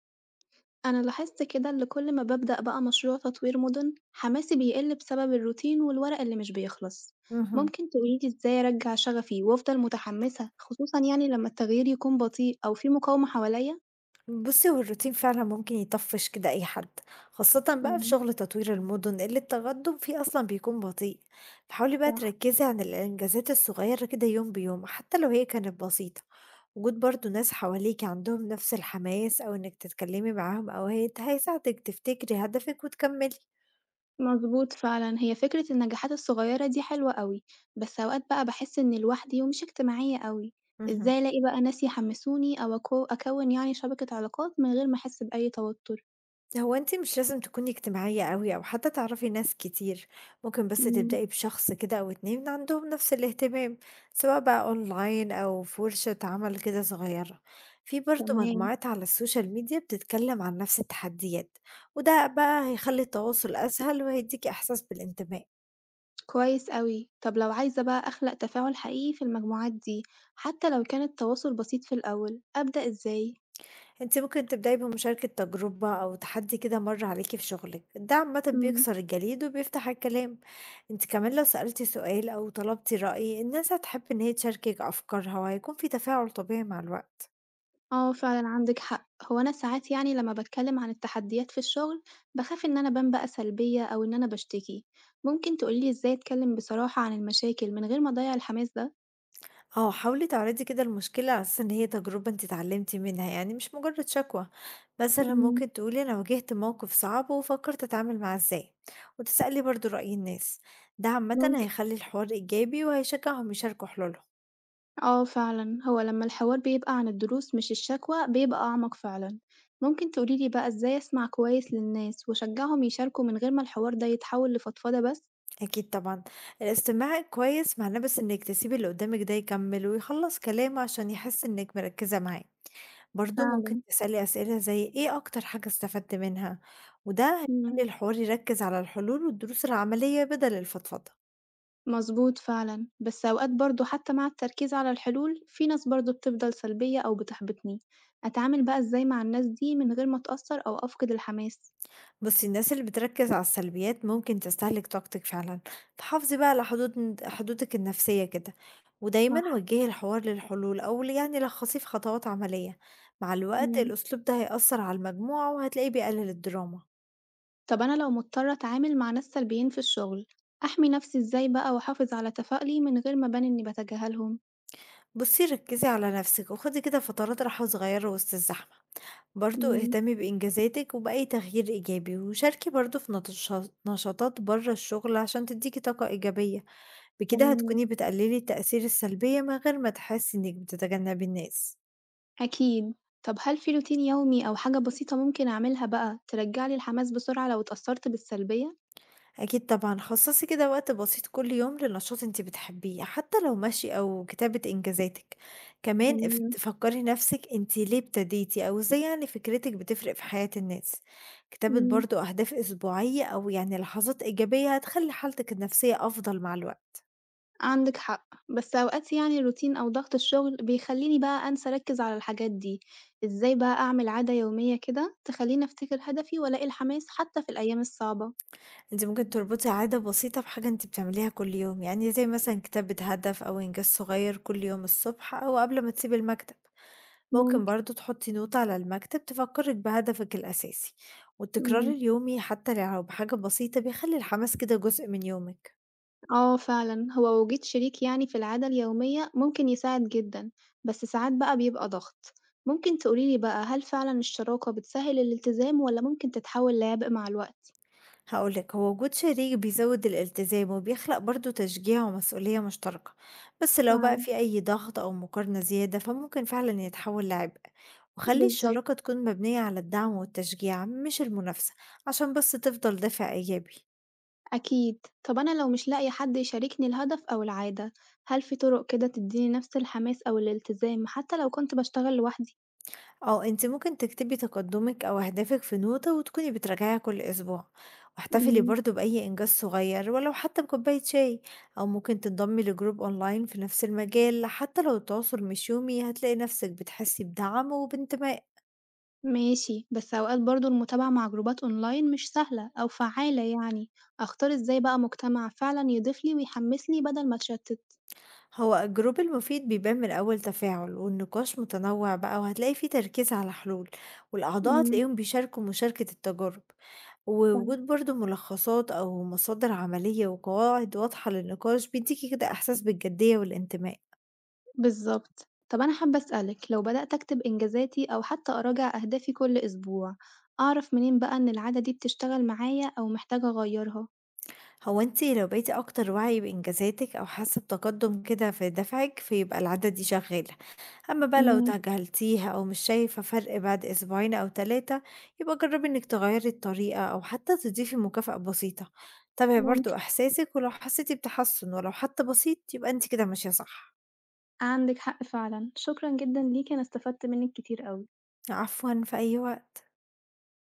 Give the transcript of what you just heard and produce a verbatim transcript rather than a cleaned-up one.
أنا لاحظت كده إن كل ما ببدأ بقى مشروع تطوير مدن حماسي بيقل بسبب الروتين والورق اللي مش بيخلص، اهم. ممكن تقوليلي إزاي أرجع شغفي وأفضل متحمسة خصوصا يعني لما التغيير يكون بطيء أو في مقاومة حواليا؟ بُصّي، هو الروتين فعلًا ممكن يطفّش كده أي حد، خاصةً بقى في امم شغل تطوير المدن اللي التقدم فيه أصلًا بيكون بطيء، فحاولي بقى صح. تركّزي عن الإنجازات الصغيرة كده يوم بيوم حتى لو هي كانت بسيطة، وجود برضه ناس حواليكِ عندهم نفس الحماس أو إنِّك تتكلمي معاهم أو هيت هيساعدِك تفتكري هدفِك وتكمّلي. مظبوط فعلا، هي فكرة النجاحات الصغيرة دي حلوة أوي، بس أوقات بقى بحس إني لوحدي ومش اجتماعية أوي، اهم. إزاي ألاقي بقى ناس يحمسوني أو أكو- أكون يعني شبكة علاقات من غير ما أحس بأي توتر؟ هو أنتِ مش لازم تكوني اجتماعية أوي أو حتى تعرفي ناس كتير، ممكن بس امم. تبدئي بشخص كده أو اتنين عندهم نفس الاهتمام، سواء بقى online أو في ورشة عمل كده صغيرة، في برضه تمام. مجموعات على السوشيال ميديا بتتكلم عن نفس التحديات، وده بقى هيخلي التواصل أسهل وهيديكِ إحساس بالانتماء. كويس أوي. طب لو عايزة بقى أخلق تفاعل حقيقي في المجموعات دي، حتى لو كان التواصل بسيط في الأول، أبدأ إزاي؟ أنتِ ممكن تبدئي بمشاركة تجربة أو تحدي كده مَر عليكِ في شغلِك، ده عامةً إمم. بيكسر الجليد وبيفتح الكلام، أنتِ كمان لو سألتِ سؤال أو طلبتِ رأي الناس هتحب إن هي تشاركِك أفكارها وهيكون في تفاعل طبيعي مع الوقت. آه فعلًا عندِك حق. هو أنا ساعات يعني لما باتكلم عن التحديات في الشغل، باخاف إن أنا أبان بقى سلبية أو إن أنا باشتكي. ممكن تقولي لي إزاي أتكلم بصراحة عن المشاكل من غير ما أضيع الحماس ده؟ آه، حاولي تعرضي كده المشكلة على أساس إن هي تجربة أنتِ اتعلمتِ منها يعني مش مجرد شكوى، مثلًا إمم. ممكن تقولي أنا واجهت موقف صعب وفكرت أتعامل معاه إزاي، وتسألي برضه رأي الناس، ده عامةً ممكن. هيخلي الحوار إيجابي وهيشجعهم يشاركوا حلولهم. آه فعلًا، هو لمّا الحوار بيبقى عن الدروس مش الشكوى بيبقى أعمق فعلًا. ممكن تقولي لي بقى إزاي أسمع كويس للناس وأشجعهم يشاركوا من غير ما الحوار ده يتحول لفضفضة بس؟ أكيد طبعًا، الاستماع كويس معناه بس إنِّك تسيبي اللي قدّامِك ده يكمّل ويخلّص كلامه عشان يحس إنِّك مركّزة معاه، برضه ممكن فعلًا. تسألي أسئلة زي إيه أكتر حاجة استفدت منها؟ وده إمم. هيخلّي الحوار يركّز على الحلول والدروس العملية بدل الفضفضة. مضبوط فعلًا، بس أوقات برضه حتى مع التركيز على الحلول، في ناس برضه بتفضل سلبية أو بتحبطني. أتعامل بقى إزاي مع الناس دي من غير ما أتأثر أو أفقد الحماس؟ بُصي، الناس اللي بتركز على السلبيات ممكن تستهلك طاقتِك فعلًا، فحافظي بقى على حدود حدودِك النفسية كده، ودايمًا صح. وجهي الحوار للحلول أو ل يعني لخّصيه في خطوات عملية، مع الوقت إمم. الأسلوب ده هيأثر على المجموعة وهتلاقيه بيقلل الدراما. طب أنا لو مضطرة أتعامل مع ناس سلبيين في الشغل، أحمي نفسي إزاي بقى وأحافظ على تفاؤلي من غير ما أبان إني باتجاهلهم؟ بُصي، ركزي على نفسِك وخدي كده فترات راحة صغيرة وسط الزحمة، برضه إمم. اهتمي بإنجازاتِك وبأي تغيير إيجابي، وشاركي برضه في نطشا نشاطات بره الشغل عشان تديكِ طاقة إيجابية. بكده تمام. هتكوني بتقللي التأثير السلبية من غير ما تحسي إنك بتتجنبي الناس. أكيد. طب هل في روتين يومي أو حاجة بسيطة ممكن أعملها بقى ترجّع لي الحماس بسرعة لو اتأثّرت بالسلبية؟ أكيد طبعا خصصي كده وقت بسيط كل يوم لنشاط انت بتحبيه حتى لو مشي أو كتابة إنجازاتك. كمان تمام. افت- فكري نفسك انت ليه ابتديتي أو ازاي يعني فكرتك بتفرق في حياة الناس. كتابة إمم. برضو أهداف أسبوعية أو يعني لحظات إيجابية هتخلي حالتك النفسية أفضل مع الوقت. عندِك حق، بس أوقات يعني الروتين أو ضغط الشغل بيخلّيني بقى أنسى أركّز على الحاجات دي، إزاي بقى أعمل عادة يومية كده تخلّيني أفتكر هدفي وألاقي الحماس حتى في الأيام الصعبة؟ أنتِ ممكن تربطي عادة بسيطة بحاجة أنتِ بتعمليها كل يوم، يعني زي مثلًا كتابة هدف أو إنجاز صغير كل يوم الصبح أو قبل ما تسيبي المكتب، ممكن ممكن. برضه تحطي نوتة على المكتب تفكرِك بهدفِك الأساسي، والتكرار إمم. اليومي حتى لو بحاجة بسيطة بيخلي الحماس كده جزء من يومِك. آه فعلًا، هو وجود شريك يعني في العادة اليومية ممكن يساعد جدًا، بس ساعات بقى بيبقى ضغط. ممكن تقولي لي بقى هل فعلًا الشراكة بتسهِّل الالتزام والّا ممكن تتحول لعبء مع الوقت؟ هاقول لك، هو وجود شريك بيزود الالتزام وبيخلق برضه تشجيع ومسؤولية مشتركة، بس لو بقى فعلًا. في أي ضغط أو مقارنة زيادة فممكن فعلًا يتحول لعبء، وخلي بالضبط. الشراكة تكون مبنية على الدعم والتشجيع مش المنافسة عشان بس تفضل دافع إيجابي. أكيد. طب أنا لو مش لاقية حد يشاركني الهدف أو العادة، هل في طرق كده تديني نفس الحماس أو الالتزام حتى لو كنت باشتغل لوحدي؟ اه انت ممكن تكتبي تقدمك او اهدافك في نوتة وتكوني بتراجعيها كل اسبوع، واحتفلي إمم. برضو باي انجاز صغير ولو حتى بكوباية شاي. او ممكن تنضمي لجروب اونلاين في نفس المجال حتى لو التواصل مش يومي هتلاقي نفسك بتحسي بدعم وبانتماء. ماشي، بس أوقات برضه المتابعة مع جروبات أونلاين مش سهلة أو فعّالة يعني، أختار إزاي بقى مجتمع فعلًا يضيف لي ويحمّسني بدل ما أتشتت؟ هو الجروب المفيد بيبان من اول تفاعل والنقاش متنوع بقى وهتلاقي فيه تركيز على حلول، والاعضاء إمم. هتلاقيهم بيشاركوا مشاركة التجارب، فاهمة. ووجود برضه ملخصات أو مصادر عملية وقواعد واضحة للنقاش بيديكي كده إحساس بالجدية والانتماء. بالضبط. طب أنا حابة أسألِك، لو بدأت أكتب إنجازاتي أو حتى أراجع أهدافي كل أسبوع، أعرف منين بقى إن العادة دي بتشتغل معايا أو محتاجة أغيّرها؟ هو انتي لو بقيتي أكتر وعي بإنجازاتك أو حاسة بتقدم كده في دفعك فيبقى العادة دي شغالة، أما بقى لو إمم. تجاهلتيها أو مش شايفة فرق بعد أسبوعين أو تلاتة يبقى جربي إنك تغيري الطريقة أو حتى تضيفي مكافأة بسيطة، تابعي برضه ممكن. إحساسك ولو حسيتي بتحسن ولو حتى بسيط يبقى انتي كده ماشية صح. عندِك حق فعلًا. شكرًا جدًا ليكِ، أنا استفدت منِّك كتير أوي. عفوا في أي وقت